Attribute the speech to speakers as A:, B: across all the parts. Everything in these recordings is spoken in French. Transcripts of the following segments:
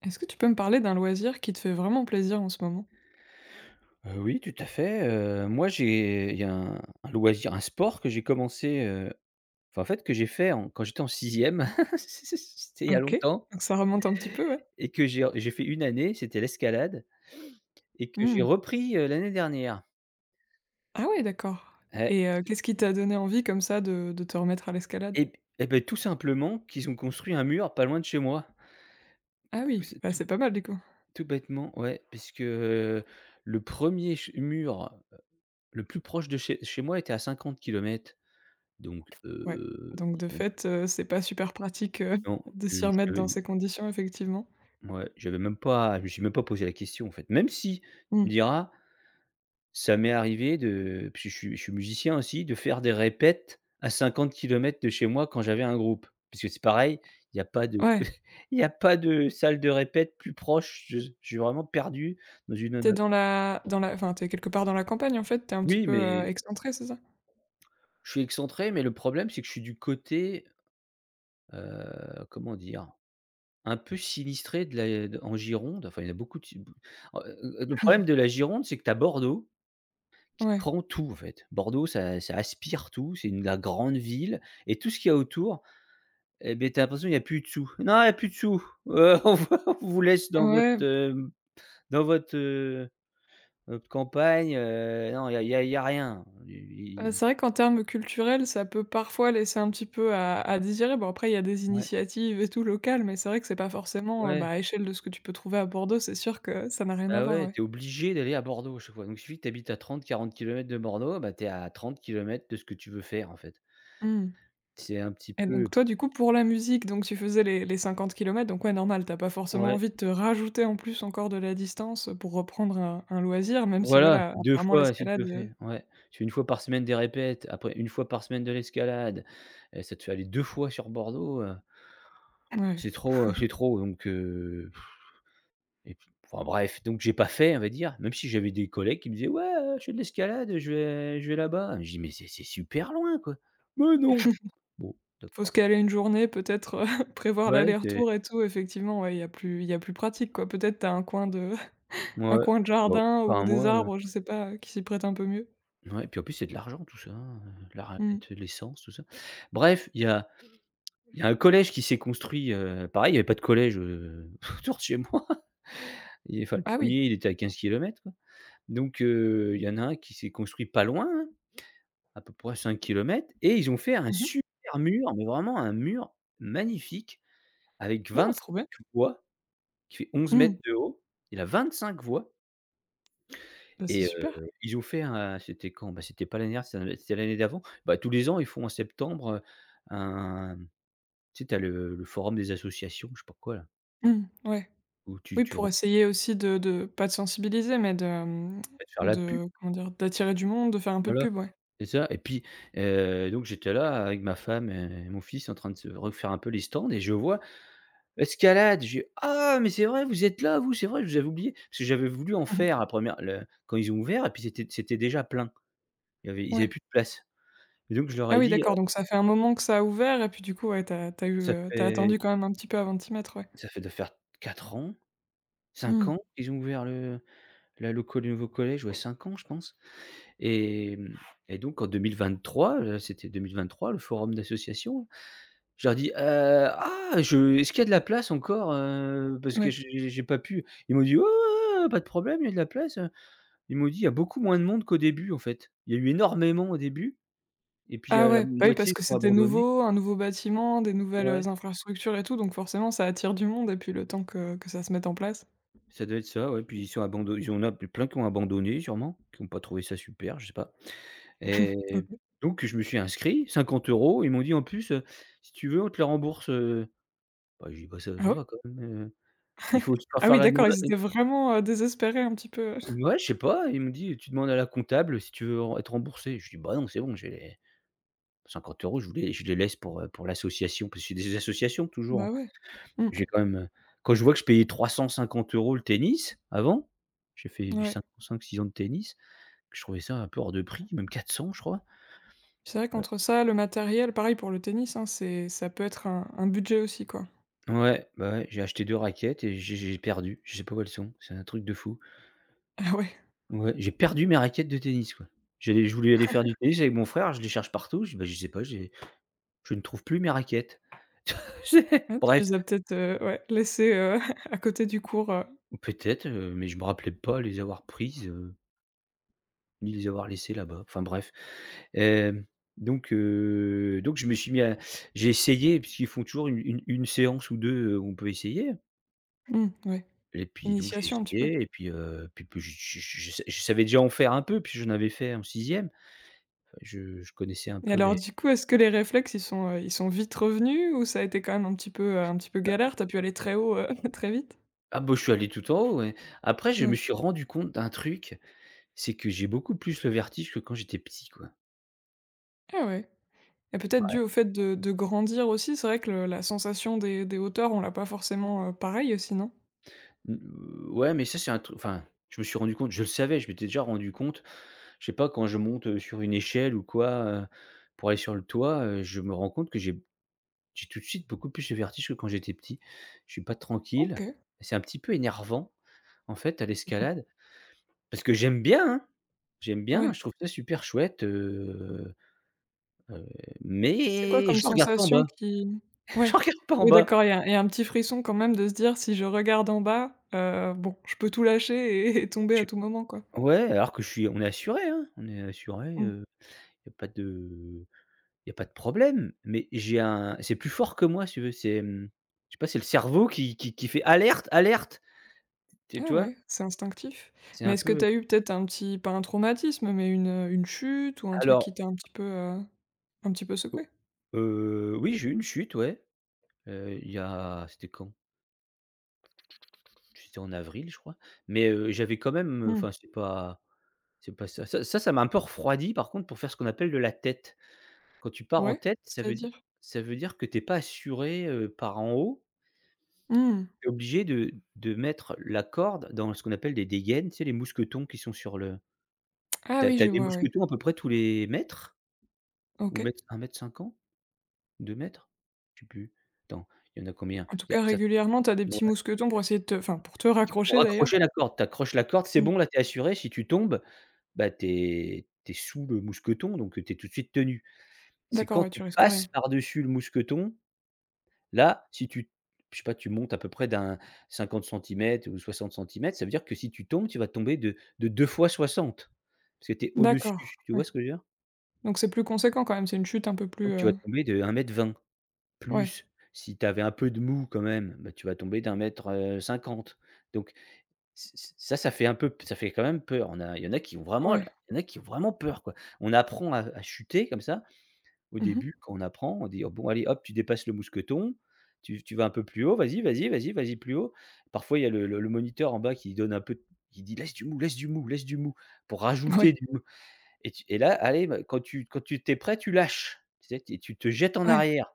A: Est-ce que tu peux me parler d'un loisir qui te fait vraiment plaisir en ce moment?
B: Oui, tout à fait, moi j'ai il y a un loisir, un sport que j'ai commencé, enfin en fait que j'ai fait en quand j'étais en sixième. C'était il y a
A: OK,
B: longtemps
A: donc ça remonte un petit peu, ouais.
B: et que j'ai fait une année, c'était l'escalade et que j'ai
A: Mmh.
B: repris, l'année dernière.
A: Ah ouais, d'accord
B: Eh
A: et qu'est-ce qui t'a donné envie comme ça de te remettre à l'escalade?
B: et b et Beh, tout simplement qu'ils ont construit un mur pas loin de chez moi.
A: Ah oui, bah,
B: Tout
A: c'est pas mal du coup.
B: tout bêtement, ouais, parce que, le premier ch mur le plus proche de chez moi était à 50 kilomètres. Donc,
A: Ouais, donc
B: ils
A: de
B: ont...
A: fait, c'est pas super pratique,
B: Non,
A: de
B: je
A: s'y remettre dans
B: je
A: ces conditions effectivement.
B: ouais, j'avais même pas je me suis même pas posé la question, en fait. Même si, tu me
A: Mmh.
B: diras, ça m'est arrivé de parce que je suis musicien aussi, de faire des répètes à 50 kilomètres de chez moi quand j'avais un groupe. Parce que c'est pareil, il y a pas de
A: Ouais,
B: il y a pas de salle de répète plus proche, je suis vraiment perdu dans une...
A: t'es dans la enfin, t'es quelque part dans la campagne en fait, t'es un petit
B: Oui,
A: peu,
B: mais
A: excentrée, c'est ça?
B: je suis excentré, mais le problème, c'est que je suis du côté, comment dire? Un peu sinistré de en Gironde. Enfin, il y en a beaucoup de si le problème de la Gironde, c'est que tu as Bordeaux qui
A: Ouais.
B: prend tout en fait. Bordeaux, ça aspire tout, c'est une la grande ville, et tout ce qu'il y a autour, eh ben t'as l'impression qu'il y a plus de sous. «Non, il y a plus de sous, on vous laisse dans votre,
A: Ouais.
B: dans votre, votre campagne, non, il y a il y a il y a rien». I i
A: C'est vrai qu'en termes culturels, ça peut parfois laisser un petit peu à désirer. Bon, après, il y a des
B: Ouais,
A: initiatives et tout locales, mais c'est vrai que c'est pas forcément, bah,
B: ouais,
A: à échelle de ce que tu peux trouver à Bordeaux, c'est sûr que ça n'a rien à
B: bah,
A: voir,
B: ouais,
A: ouais.
B: t'es obligé d'aller à Bordeaux à chaque fois. Donc il suffit que tu habites à 30 40 kilomètres de Bordeaux, bah, t'es à 30 kilomètres de ce que tu veux faire en fait.
A: Mmh
B: C'est un petit
A: et
B: peu
A: donc toi, du coup, pour la musique, donc tu faisais les 50 km, donc ouais, normal, t'as pas forcément
B: Ouais.
A: envie de te rajouter en plus encore de la distance, pour reprendre un loisir, même si
B: Voilà,
A: voilà,
B: 2
A: apparemment
B: fois si tu
A: l'escalade,
B: le fais, ouais. Tu fais une fois par semaine des répètes, après une fois par semaine de l'escalade, ça te fait aller 2 fois sur Bordeaux,
A: ouais,
B: c'est trop donc et puis enfin bref, donc j'ai pas fait, on va dire, même si j'avais des collègues qui me disaient: «Ouais, je fais de l'escalade, je vais là-bas». Je dis: «Mais c'est super loin quoi». «Mais non!» Bon,
A: faut se
B: d'accord.
A: caler une journée peut-être, prévoir
B: Ouais, c'est
A: l'aller-retour et tout, effectivement, ouais, il y a plus pratique, quoi. Peut-être t'as un coin de Un
B: ouais,
A: coin de
B: je
A: jardin ou
B: enfin
A: des
B: moi,
A: arbres, je sais pas, qui s'y prêtent un peu mieux.
B: ouais, et puis en plus c'est de l'argent tout ça, hein, la
A: Mmh.
B: répète, l'essence, tout ça. Bref, il y a un collège qui s'est construit, pareil, il y avait pas de collège, autour de chez moi. Il Enfin, le
A: Ah oui.
B: premier, il était à 15 kilomètres. Donc, il y en a un qui s'est construit pas loin, hein, à peu près 5 kilomètres, et ils ont fait un
A: Mmh mh.
B: super mur, mais vraiment un mur magnifique avec
A: Non,
B: vingt
A: trop bien.
B: cinq voies qui fait 11 mètres
A: Mmh.
B: de haut. Il a 25 voies,
A: Bah, c'est
B: et
A: super.
B: ils ont fait un... C'était quand? Bah, c'était pas l'année dernière, c'était l'année d'avant. Bah, tous les ans, ils font en septembre, un tu sais, t'as le forum des associations, je sais pas quoi là,
A: Mmh, ouais.
B: où tu
A: Oui,
B: tu
A: pour essayer aussi de pas de sensibiliser, mais de, hem,
B: va te faire la pub,
A: de comment dire? D'attirer du monde, de faire un peu de
B: voilà,
A: pub, ouais.
B: c'est ça. Et puis, donc j'étais là avec ma femme et mon fils en train de se refaire un peu les stands, et je vois: «Escalade!» Je dis: «Ah mais c'est vrai, vous êtes là vous, c'est vrai, je vous avais oublié!» parce que j'avais voulu en faire la première le quand ils ont ouvert, et puis c'était déjà plein. Il y avait Ils avaient
A: Ouais.
B: plus de place. Et donc je leur
A: Ah
B: ai
A: oui,
B: dit,
A: d'accord, donc ça fait un moment que ça a ouvert et puis du coup, ouais, t'as eu,
B: «Ça
A: tu
B: fait
A: attendu quand même un petit peu avant de t'y mettre, ouais.
B: doit faire 4 ans, cinq
A: Mmh.
B: ans qu'ils ont ouvert le la le co le nouveau collège, ouais 5 ans je pense». Et et donc en 2023, c'était 2023 le forum d'association. Je leur dis: ah je est-ce qu'il y a de la place encore, parce que
A: Ouais.
B: j'ai pas pu?» Ils m'ont dit: «Ouais, ouais, ouais, ouais, pas de problème, il y a de la place, hein.» Ils m'ont dit: «Il y a beaucoup moins de monde qu'au début, en fait. Il y a eu énormément au début, et puis il y
A: Ah
B: a la
A: ouais, bah oui,
B: moitié
A: parce
B: qui
A: que
B: ont
A: c'était
B: abandonné».
A: nouveau, un nouveau bâtiment, des nouvelles,
B: Ouais,
A: infrastructures et tout, donc forcément ça attire du monde et puis le temps que ça se mette en place.
B: ça doit être ça, ouais, puis ils sont abandonnés. Il y en a plein qui ont abandonné sûrement, qui n'ont pas trouvé ça super, je sais pas. Et
A: OK.
B: donc je me suis inscrit, 50 euros. Ils m'ont dit: «En plus, si tu veux, on te le rembourse», bah, je dis: «Bah, ça
A: Ah
B: ça
A: oui?
B: va quand même, heu». Il faut faire
A: Ah
B: faire
A: oui,
B: la demande.
A: d'accord, ils étaient vraiment, désespérés un petit peu,
B: Ouais, je sais pas, il me dit: «Tu demandes à la comptable si tu veux ren être remboursé». Je dis: «Bah, non, c'est bon, j'ai les 50 € je les laisse pour l'association», parce que c'est des associations toujours, hein.
A: bah ouais. Mmh,
B: J'ai quand même, quand je vois que je payais 350 euros le tennis avant, j'ai fait du
A: ouais.
B: 5 5-6 ans de tennis, que je trouvais ça un peu hors de prix, même 400, je crois.
A: C'est vrai qu'entre ça, le matériel, pareil pour le tennis, hein, c'est ça peut être un budget aussi, quoi.
B: Ouais, bah, ouais, j'ai acheté 2 raquettes et j'ai perdu, je sais pas où elles sont, c'est un truc de fou.
A: Ah ouais.
B: Ouais, j'ai perdu mes raquettes de tennis, quoi. J'allais Je voulais aller faire du tennis avec mon frère, je les cherche partout, je dis: «Bah, je sais pas, j'ai». Je ne trouve plus mes raquettes. C'est
A: Ouais,
B: Bref,
A: tu les as peut-être, ouais, laissés, à côté du cours,
B: peut-être, mais je me rappelais pas les avoir prises, ni les avoir laissées là-bas. Enfin bref, hem, donc, donc je me suis mis à... J'ai essayé puisqu'ils font toujours une séance ou 2, où on peut essayer.
A: mmh, ouais,
B: Et puis donc j'ai
A: initiation un petit peu.
B: essayé, et puis, puis je savais déjà en faire un peu, puis j'en avais fait en sixième. Je connaissais un
A: Et
B: peu
A: alors
B: les...
A: du coup, est-ce que les réflexes, ils sont vite revenus ou ça a été quand même un petit peu
B: Bah,
A: galère? Tu as pu aller très haut, très vite?
B: ah bah, je suis allé tout en haut, ouais. Après je me
A: Ouais.
B: suis rendu compte d'un truc, c'est que j'ai beaucoup plus le vertige que quand j'étais petit, quoi.
A: Ah ouais. Et peut-être dû
B: Ouais.
A: au fait de grandir aussi, c'est vrai que le la sensation des hauteurs, on l'a pas forcément, pareil aussi, non?
B: Mmh, ouais, mais ça, c'est un truc. Enfin, je me suis rendu compte, je le savais, je m'étais déjà rendu compte. Je sais pas, quand je monte, sur une échelle ou quoi, pour aller sur le toit, je me rends compte que j'ai tout de suite beaucoup plus de vertige que quand j'étais petit. Je suis pas tranquille.
A: OK,
B: C'est un petit peu énervant, en fait, à l'escalade, parce que j'aime bien, hein! J'aime bien,
A: ouais.
B: je trouve ça super chouette, heu,
A: C'est quoi
B: mais
A: comme
B: je regarde pas en bas.
A: sensation qui.
B: Je
A: Ouais.
B: regarde pas en
A: Oui
B: bas.
A: d'accord, il y a un petit frisson quand même de se dire: «Si je regarde en bas, bon, je peux tout lâcher et et tomber
B: Je
A: à
B: suis
A: tout moment, quoi».
B: Ouais, alors que je suis on est assuré, hein, on est assuré, il
A: Mmh.
B: y a pas de il y a pas de problème, mais j'ai un c'est plus fort que moi si tu veux, c'est, je sais pas, c'est le cerveau qui qui fait: «Alerte, alerte!» Tu
A: Ah
B: vois?
A: ouais, c'est instinctif.
B: C'est
A: Mais
B: un
A: est-ce que
B: peu
A: t'as eu peut-être un petit pas un traumatisme, mais une chute ou un truc qui
B: alors,
A: t'a un petit peu
B: o
A: secoué.
B: oui, j'ai eu une chute, ouais, il y a c'était quand? C'était en avril, je crois, mais
A: Mmh.
B: enfin, c'est pas Ça m'a un peu refroidi par contre pour faire ce qu'on appelle de la tête. Quand tu pars en
A: Ouais,
B: tête,
A: c'est-à-dire?
B: ça veut dire que tu es pas assuré, par en haut.
A: Mmh.
B: Tu es obligé de mettre la corde dans ce qu'on appelle des dégaines, tu sais les mousquetons qui sont sur le...
A: Ah
B: tu as
A: oui,
B: tu as
A: je
B: des
A: vois, ouais.
B: mousquetons à peu près tous les mètres, ou
A: OK.
B: mètre un mètre m, 2 m? Je sais plus. Attends, il y en a combien?
A: En tout
B: Il y a
A: cas,
B: ça
A: régulièrement, tu as des
B: Ouais,
A: petits mousquetons pour essayer de te enfin, pour te
B: tu pour
A: raccrocher d'ailleurs?
B: accrocher la corde, tu accroches la corde, c'est
A: Mmh.
B: bon là, tu es assuré. Si tu tombes, bah, tu es sous le mousqueton donc, tu es tout de suite tenu. C'est
A: D'accord,
B: quand
A: ouais,
B: tu
A: tu risques
B: passes
A: rien.
B: par-dessus le mousqueton. Là, si tu... Je sais pas, tu montes à peu près d'un 50 centimètres ou 60 centimètres, ça veut dire que si tu tombes, tu vas tomber de 2 fois 60, parce que tu es
A: D'accord,
B: au-dessus, tu vois
A: ouais.
B: ce que je veux dire?
A: Donc c'est plus conséquent quand même, c'est une chute un peu plus,
B: Donc tu vas tomber de 1,20 m,
A: ouais,
B: plus si tu avais un peu de mou quand même, bah, tu vas tomber d'un mètre 50. Donc, ç ç ça, ça fait un peu, ça fait quand même peur. On a Il
A: ouais.
B: y en a qui ont vraiment peur, quoi. On apprend à chuter comme ça. Au
A: Mmh mh.
B: début, quand on apprend, on dit : « Oh bon allez hop, tu dépasses le mousqueton, tu vas un peu plus haut, vas-y, vas-y, vas-y, vas-y plus haut ». Parfois, il y a le moniteur en bas qui donne un peu, qui dit : « Laisse du mou, laisse du mou, laisse du mou » pour
A: Ouais,
B: rajouter du mou, et là, allez, bah, quand tu t'es prêt, tu lâches. Tu sais, tu te jettes en
A: ouais.
B: arrière,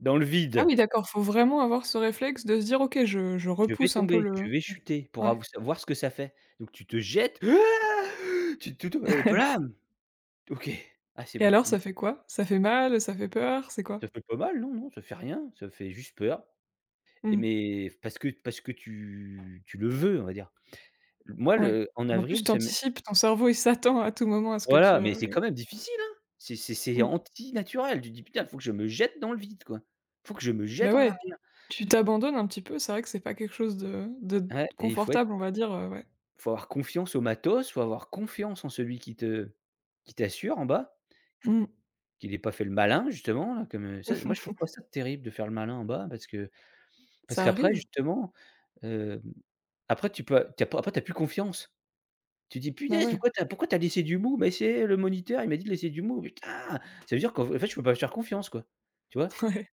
B: dans le
A: Ah
B: vide. «
A: oui, d'accord, faut vraiment avoir ce réflexe de se dire: «OK, je
B: Je vais
A: repousse un peu
B: tomber,
A: le»
B: je vais
A: ouais,
B: chuter » pour
A: ouais.
B: av savoir ce que ça fait. Donc tu te jettes, ah, tu te. Et blam! OK. Ah c'est
A: Et
B: bon.
A: alors, ça fait quoi? Ça fait mal, ça fait peur, c'est quoi?
B: Ça fait pas mal, non, non, ça fait rien, ça fait juste peur. Et
A: Mmh,
B: mais parce que tu le veux, on va dire. Moi,
A: ouais.
B: le en
A: En
B: avril,
A: plus, tu
B: ça m'est
A: anticipes, ton cerveau, il s'attend à tout moment à ce que tu,
B: voilà, mais c'est
A: ouais.
B: quand même difficile, hein. C'est
A: Mmh.
B: antinaturel. Tu te dis : « Putain, faut que je me jette dans le vide, quoi. Faut que je me
A: Bah,
B: jette en
A: ouais,
B: arrière ».
A: tu t'abandonnes un petit peu, c'est vrai que c'est pas quelque chose de
B: Ouais, et il faut être,
A: confortable, on va dire, ouais.
B: faut avoir confiance au matos, faut avoir confiance en celui qui te, qui t'assure en bas,
A: Mmh.
B: qu'il ait pas fait le malin justement là, comme, ça, moi je trouve pas ça terrible de faire le malin en bas, parce que parce
A: Ça
B: qu'après
A: arrive,
B: justement, hem, après tu peux a tu as pas, après tu as plus confiance. Tu dis : «
A: bah,
B: Punaise,
A: ouais,
B: pourquoi tu as, pourquoi tu as laissé du mou ? » « Mais c'est le moniteur, il m'a dit de laisser du mou ». Putain! Ça veut dire qu'en fait, je peux pas lui faire confiance, quoi. Tu vois?
A: ouais.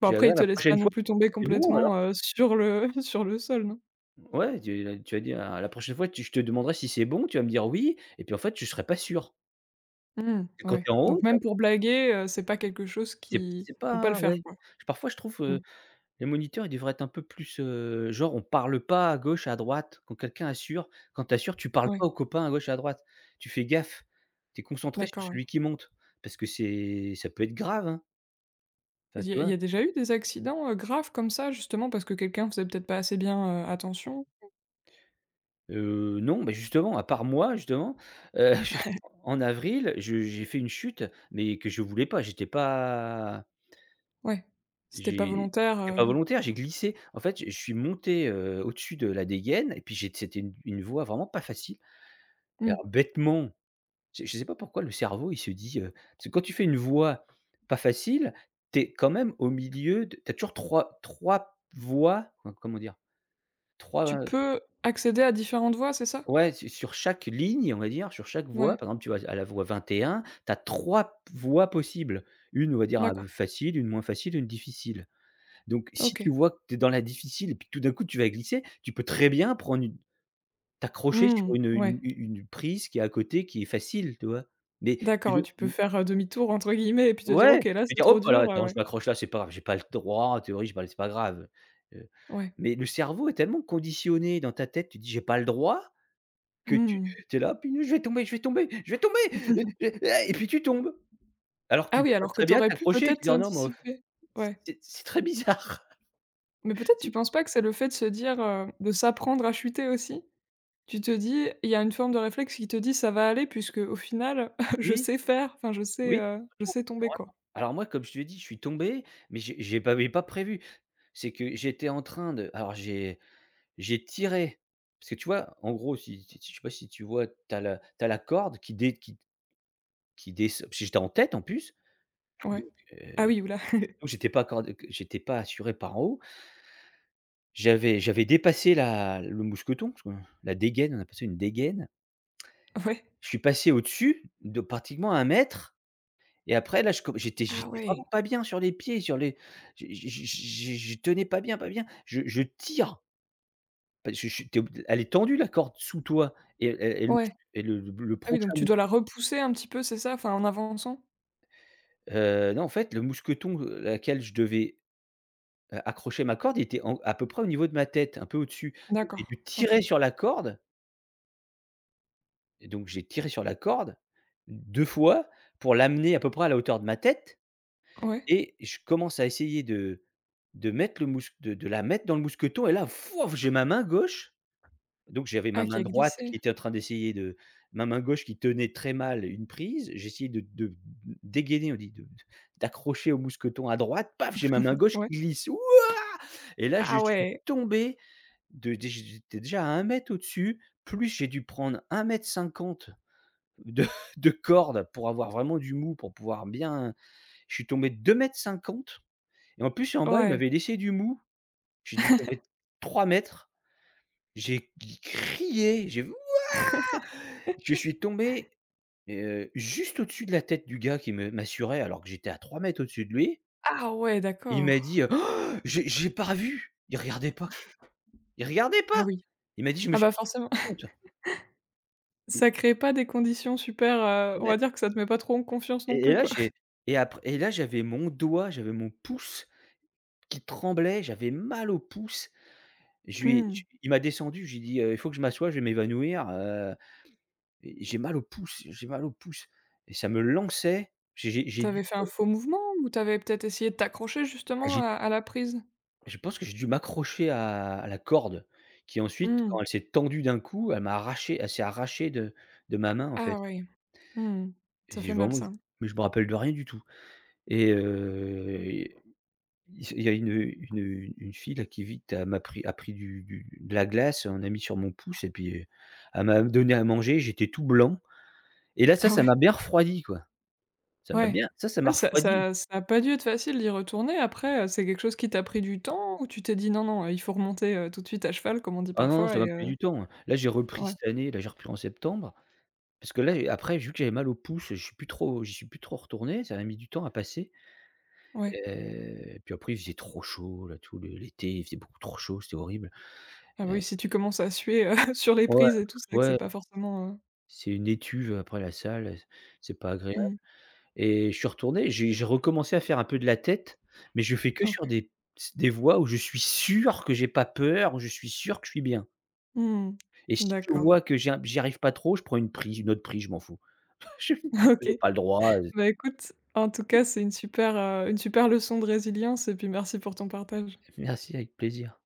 A: Bon
B: Je dis : « Ah
A: après
B: bah,
A: ils
B: la
A: te laissent
B: prochaine
A: pas non
B: fois,
A: plus tomber
B: c'est bon alors ? »
A: complètement, sur le sur le sol, non?
B: Ouais, tu vas dire : « Ah, la prochaine fois, tu je te demanderai si c'est bon, tu vas me dire "oui" et puis en fait, tu serais pas sûr ».
A: Mmh,
B: Et quand
A: ouais,
B: tu es en haut,
A: donc
B: tu as,
A: même pour blaguer, c'est pas quelque chose
B: c'est
A: qui
B: c'est
A: faut pas le
B: pas, ouais.
A: faire, quoi?
B: Parfois, je trouve,
A: Mmh,
B: les moniteurs, ils devraient être un peu plus, genre, on parle pas à gauche, à droite quand quelqu'un assure. Quand tu assures, tu parles pas
A: ouais,
B: aux copains à gauche, à droite. Tu fais gaffe. Tu es concentré sur
A: d'accord, ouais.
B: celui qui monte, parce que c'est, ça peut être grave, hein. Enfin,
A: Il y
B: tu
A: a il
B: vois?
A: y a déjà eu des accidents, graves comme ça, justement parce que quelqu'un faisait peut-être pas assez bien, attention?
B: Non, bah, justement, à part moi, justement, juste en avril, je j'ai fait une chute, mais que je voulais pas. J'étais pas,
A: Ouais, c'était pas
B: j'ai,
A: volontaire,
B: c'était pas volontaire, j'ai glissé. En fait, je suis monté, au-dessus de la dégaine et puis j'ai, c'était une voie vraiment pas facile.
A: mmh.
B: Alors bêtement, je ne sais pas pourquoi le cerveau, il se dit, parce que quand tu fais une voix pas facile, tu es quand même au milieu de, tu as toujours trois 3 voix, enfin, comment dire? 3,
A: Tu peux accéder à différentes voies, c'est ça?
B: ouais, su sur chaque ligne, on va dire, sur chaque voix,
A: Ouais.
B: par exemple, tu vas à la voix 21, tu as 3 p voix possibles. Une, on va dire,
A: D'accord,
B: facile, une moins facile, une difficile. Donc si tu
A: OK.
B: vois que tu es dans la difficile et puis tout d'un coup, tu vas glisser, tu peux très bien prendre une, t'accrocher sur
A: Mmh,
B: une, une
A: ouais,
B: une une prise qui est à côté, qui est facile, tu vois? Mais mais
A: d'accord, ouais, tu peux
B: le
A: faire, «demi-tour» entre guillemets et puis te dire:
B: Ouais,
A: «OK,
B: tu
A: là,
B: peux
A: c'est
B: dire : «
A: trop
B: Hop là,
A: dur»,
B: attends, je
A: ouais,
B: m'accroche là, c'est pas grave, j'ai pas le droit, en théorie, j'ai pas le c'est pas grave ». Heu,
A: ouais.
B: mais le cerveau est tellement conditionné dans ta tête, tu dis : « J'ai pas le droit », que tu
A: Mmh.
B: tu es là : « Punaise, je vais tomber, je vais tomber, je vais tomber! Je, ah » et puis tu tombes. Alors que
A: Ah
B: tu
A: oui,
B: pourrais
A: alors que
B: très
A: tu
B: bien
A: aurais pu
B: t'accrocher et te
A: peut-être
B: dire : « Non, mais f»
A: anticiper. Ouais,
B: c'est très bizarre.
A: mais peut-être tu
B: C'est
A: penses pas que c'est le fait de se dire, de s'apprendre à chuter aussi? Tu te dis, il y a une forme de réflexe qui te dit: «Ça va aller puisqu'au final, je
B: Oui,
A: sais faire, enfin
B: oui.
A: je sais tomber, quoi».
B: Alors moi, comme je te l'ai dit, je suis tombé, mais j'ai pas mais pas prévu. C'est que j'étais en train de, alors j'ai tiré, parce que tu vois, en gros, si si si, je sais pas si tu vois, tu as la, tu as la corde qui descend, parce que j'étais en tête en plus,
A: Ouais.
B: donc
A: Ah
B: heu,
A: oui, ouh là!
B: donc j'étais pas encore, j'étais pas assuré par en haut. J'avais dépassé la le mousqueton, parce que la dégaine, on a passé une dégaine.
A: Ouais.
B: Je suis passé au-dessus de pratiquement un mètre et après là, je com j'étais,
A: Ah
B: j'étais
A: ouais!
B: vraiment pas bien sur les pieds, sur les, je tenais pas bien, pas bien. Je tire, parce que je tu es, elle est tendue la corde sous toi et le,
A: Ouais.
B: et le
A: Ah oui,
B: prochain
A: donc tu
B: mousque
A: dois la repousser un petit peu, c'est ça? Enfin, en avançant?
B: non en fait le mousqueton, à laquelle je devais accrocher ma corde, il était en, à peu près au niveau de ma tête, un peu au-dessus. Donc j'ai
A: D'accord,
B: dû tirer
A: OK.
B: sur la corde et donc j'ai tiré sur la corde 2 fois pour l'amener à peu près à la hauteur de ma tête,
A: Ouais.
B: et je commence à essayer de, mettre le mousc de la mettre dans le mousqueton et là, fouaf, j'ai ma main gauche, donc j'avais ma
A: Ah qui
B: main
A: a
B: droite qui
A: glissé?
B: était en train d'essayer de, ma main gauche qui tenait très mal une prise, j'essayais de dégainer, on dit de d'accrocher au mousqueton à droite, paf, j'ai ma main gauche
A: Ouais.
B: qui glisse. Ouh! Et là, je
A: Ah
B: suis
A: ouais,
B: tombé. De dé J'étais déjà à un mètre au-dessus, plus j'ai dû prendre un mètre 50 de de corde pour avoir vraiment du mou, pour pouvoir bien, je suis tombé 2 mètres cinquante, et en plus en bas, il
A: ouais.
B: m'avait laissé du mou. J'ai dû tomber 3 mètres. J'ai crié, j'ai, je suis tombé, juste au-dessus de la tête du gars qui me m'assurait alors que j'étais à 3 mètres au-dessus de lui.
A: Ah ouais,
B: Il m'a
A: d'accord.
B: dit, J'ai pas vu ! » Il regardait pas, quoi. Il regardait
A: Ah
B: pas!
A: oui.
B: Il m'a dit : « Je me
A: Ah
B: suis
A: bah forcément,
B: pas rendu
A: ça crée pas des conditions super, on
B: compte ».
A: va dire que ça te met pas trop en confiance non
B: Et
A: plus
B: là,
A: quoi.
B: j'ai et après et là, j'avais mon doigt, j'avais mon pouce qui tremblait, j'avais mal au pouce. Je lui ai
A: Mmh.
B: je il m'a descendu, je lui ai dit : « Il faut que je m'assoie, je vais m'évanouir, j'ai mal au pouce, j'ai mal au pouce » et ça me lançait. J'ai dû
A: Tu fait un faux mouvement ou t'avais peut-être essayé de t'accrocher
B: Ah,
A: justement
B: j'ai
A: à la prise?
B: je pense que j'ai dû m'accrocher à la corde qui ensuite,
A: Mmh.
B: quand elle s'est tendue d'un coup, elle s'est arrachée de ma main, en
A: Ah
B: fait.
A: ouais. Mmh. Ça
B: J'ai
A: fait mal
B: vraiment,
A: ça.
B: mais je me rappelle de rien du tout, et il y a une, une fille là qui vite elle m'a pris a pris du de la glace, on a mis sur mon pouce et puis, elle m'a donné à manger, j'étais tout blanc et là ça,
A: Ah
B: ça
A: ouais.
B: m'a bien refroidi quoi. Ça m'a
A: Ouais.
B: bien, ça m'a
A: Ouais
B: refroidi.
A: ça a pas dû être facile d'y retourner après, c'est quelque chose qui t'a pris du temps ou tu t'es dit: «Non, non, il faut remonter, tout de suite à cheval» comme on dit
B: Ah non, non, ça
A: parfois
B: m'a
A: et
B: pris du temps, hein. Là j'ai repris
A: ouais,
B: cette année, là j'ai repris en septembre, parce que là après vu que j'avais mal au pouce, je suis plus trop j'y suis plus trop retourné, ça m'a mis du temps à passer,
A: ouais.
B: puis après il faisait trop chaud là tout le l'été, il faisait beaucoup trop chaud, c'était horrible,
A: Ah bah
B: heu,
A: oui, si tu commences à suer, sur les
B: ouais,
A: prises et tout, c'est vrai que c'est
B: ouais,
A: pas forcément,
B: c'est une étuve après la salle, c'est pas agréable.
A: mmh,
B: Et je suis retourné, j'ai recommencé à faire un peu de la tête, mais je fais que sur
A: OK.
B: des voies où je suis sûr que j'ai pas peur, où je suis sûr que je suis bien.
A: Mmh.
B: Et si je
A: D'accord.
B: vois que j'y arrive pas trop, je prends une prise, une autre prise, je m'en fous. Je
A: OK.
B: J'ai pas le droit, heu.
A: Bah écoute, en tout cas, c'est une super leçon de résilience et puis merci pour ton partage.
B: Merci, avec plaisir.